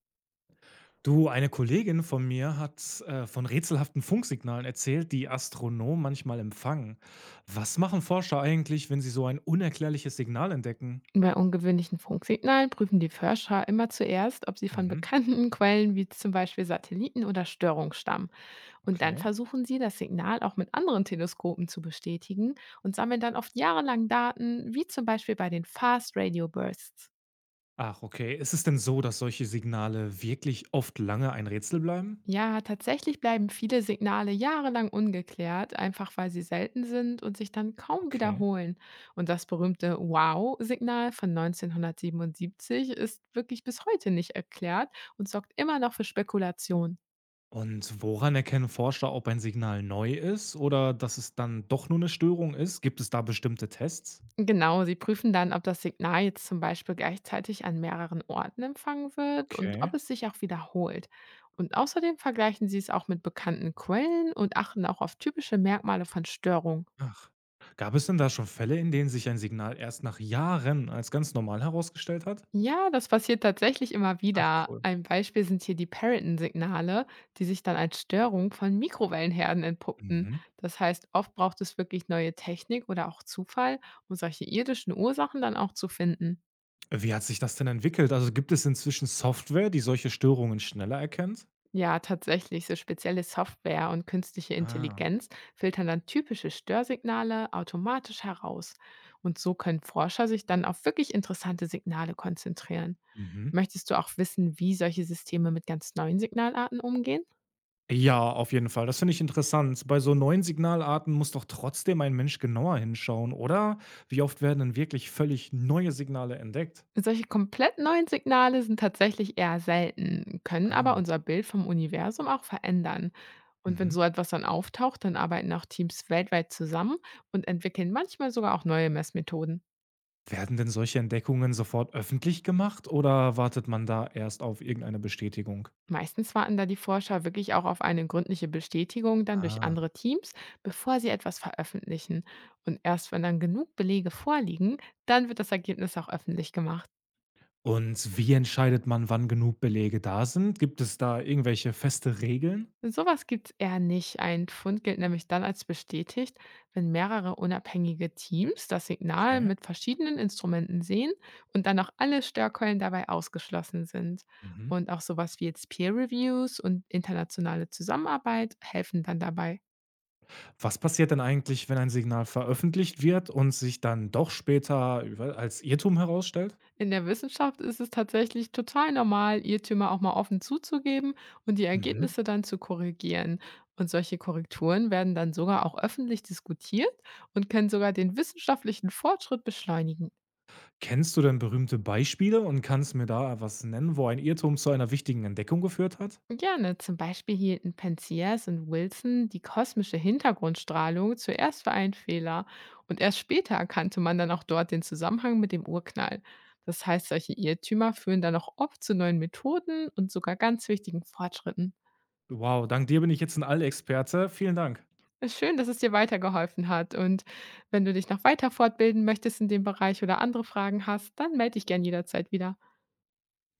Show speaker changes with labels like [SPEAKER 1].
[SPEAKER 1] Du, eine Kollegin von mir hat von rätselhaften Funksignalen erzählt, die Astronomen manchmal empfangen. Was machen Forscher eigentlich, wenn sie so ein unerklärliches Signal entdecken?
[SPEAKER 2] Bei ungewöhnlichen Funksignalen prüfen die Forscher immer zuerst, ob sie von
[SPEAKER 1] Mhm,
[SPEAKER 2] bekannten Quellen wie zum Beispiel Satelliten oder Störungen stammen. Und dann
[SPEAKER 1] okay.
[SPEAKER 2] versuchen sie, das Signal auch mit anderen Teleskopen zu bestätigen und sammeln dann oft jahrelang Daten, wie zum Beispiel bei den Fast Radio Bursts.
[SPEAKER 1] Ach, okay. Ist es denn so, dass solche Signale wirklich oft lange ein Rätsel bleiben?
[SPEAKER 2] Ja, tatsächlich bleiben viele Signale jahrelang ungeklärt, einfach weil sie selten sind und sich dann kaum
[SPEAKER 1] Okay.
[SPEAKER 2] wiederholen. Und das berühmte Wow-Signal von 1977 ist wirklich bis heute nicht erklärt und sorgt immer noch für Spekulation.
[SPEAKER 1] Und woran erkennen Forscher, ob ein Signal neu ist oder dass es dann doch nur eine Störung ist? Gibt es da bestimmte Tests?
[SPEAKER 2] Genau, sie prüfen dann, ob das Signal jetzt zum Beispiel gleichzeitig an mehreren Orten empfangen wird und
[SPEAKER 1] Okay.
[SPEAKER 2] ob es sich auch wiederholt. Und außerdem vergleichen sie es auch mit bekannten Quellen und achten auch auf typische Merkmale von Störungen.
[SPEAKER 1] Ach. Gab es denn da schon Fälle, in denen sich ein Signal erst nach Jahren als ganz normal herausgestellt hat?
[SPEAKER 2] Ja, das passiert tatsächlich immer
[SPEAKER 1] Ach,
[SPEAKER 2] wieder.
[SPEAKER 1] cool.
[SPEAKER 2] Ein Beispiel sind hier die Periton-Signale, die sich dann als Störung von Mikrowellenherden entpuppten.
[SPEAKER 1] Mhm.
[SPEAKER 2] Das heißt, oft braucht es wirklich neue Technik oder auch Zufall, um solche irdischen Ursachen dann auch zu finden.
[SPEAKER 1] Wie hat sich das denn entwickelt? Also gibt es inzwischen Software, die solche Störungen schneller erkennt?
[SPEAKER 2] Ja, tatsächlich, so spezielle Software und künstliche
[SPEAKER 1] Ah.
[SPEAKER 2] Intelligenz filtern dann typische Störsignale automatisch heraus. Und so können Forscher sich dann auf wirklich interessante Signale konzentrieren.
[SPEAKER 1] Mhm.
[SPEAKER 2] Möchtest du auch wissen, wie solche Systeme mit ganz neuen Signalarten umgehen?
[SPEAKER 1] Ja, auf jeden Fall. Das finde ich interessant. Bei so neuen Signalarten muss doch trotzdem ein Mensch genauer hinschauen, oder? Wie oft werden denn wirklich völlig neue Signale entdeckt?
[SPEAKER 2] Solche komplett neuen Signale sind tatsächlich eher selten, können aber
[SPEAKER 1] Ah.
[SPEAKER 2] unser Bild vom Universum auch verändern. Und wenn
[SPEAKER 1] Mhm.
[SPEAKER 2] so etwas dann auftaucht, dann arbeiten auch Teams weltweit zusammen und entwickeln manchmal sogar auch neue Messmethoden.
[SPEAKER 1] Werden denn solche Entdeckungen sofort öffentlich gemacht oder wartet man da erst auf irgendeine Bestätigung?
[SPEAKER 2] Meistens warten da die Forscher wirklich auch auf eine gründliche Bestätigung dann durch
[SPEAKER 1] Ah.
[SPEAKER 2] andere Teams, bevor sie etwas veröffentlichen. Und erst wenn dann genug Belege vorliegen, dann wird das Ergebnis auch öffentlich gemacht.
[SPEAKER 1] Und wie entscheidet man, wann genug Belege da sind? Gibt es da irgendwelche feste Regeln?
[SPEAKER 2] Sowas gibt's eher nicht. Ein Fund gilt nämlich dann als bestätigt, wenn mehrere unabhängige Teams das Signal
[SPEAKER 1] Okay.
[SPEAKER 2] mit verschiedenen Instrumenten sehen und dann auch alle Störquellen dabei ausgeschlossen sind.
[SPEAKER 1] Mhm.
[SPEAKER 2] Und auch sowas wie jetzt Peer Reviews und internationale Zusammenarbeit helfen dann dabei.
[SPEAKER 1] Was passiert denn eigentlich, wenn ein Signal veröffentlicht wird und sich dann doch später über als Irrtum herausstellt?
[SPEAKER 2] In der Wissenschaft ist es tatsächlich total normal, Irrtümer auch mal offen zuzugeben und die
[SPEAKER 1] Mhm.
[SPEAKER 2] Ergebnisse dann zu korrigieren. Und solche Korrekturen werden dann sogar auch öffentlich diskutiert und können sogar den wissenschaftlichen Fortschritt beschleunigen.
[SPEAKER 1] Kennst du denn berühmte Beispiele und kannst mir da was nennen, wo ein Irrtum zu einer wichtigen Entdeckung geführt hat?
[SPEAKER 2] Gerne, zum Beispiel hielten Penzias und Wilson die kosmische Hintergrundstrahlung zuerst für einen Fehler und erst später erkannte man dann auch dort den Zusammenhang mit dem Urknall. Das heißt, solche Irrtümer führen dann auch oft zu neuen Methoden und sogar ganz wichtigen Fortschritten.
[SPEAKER 1] Wow, dank dir bin ich jetzt ein Allexperte. Vielen Dank.
[SPEAKER 2] Schön, dass es dir weitergeholfen hat. Und wenn du dich noch weiter fortbilden möchtest in dem Bereich oder andere Fragen hast, dann melde dich gern jederzeit wieder.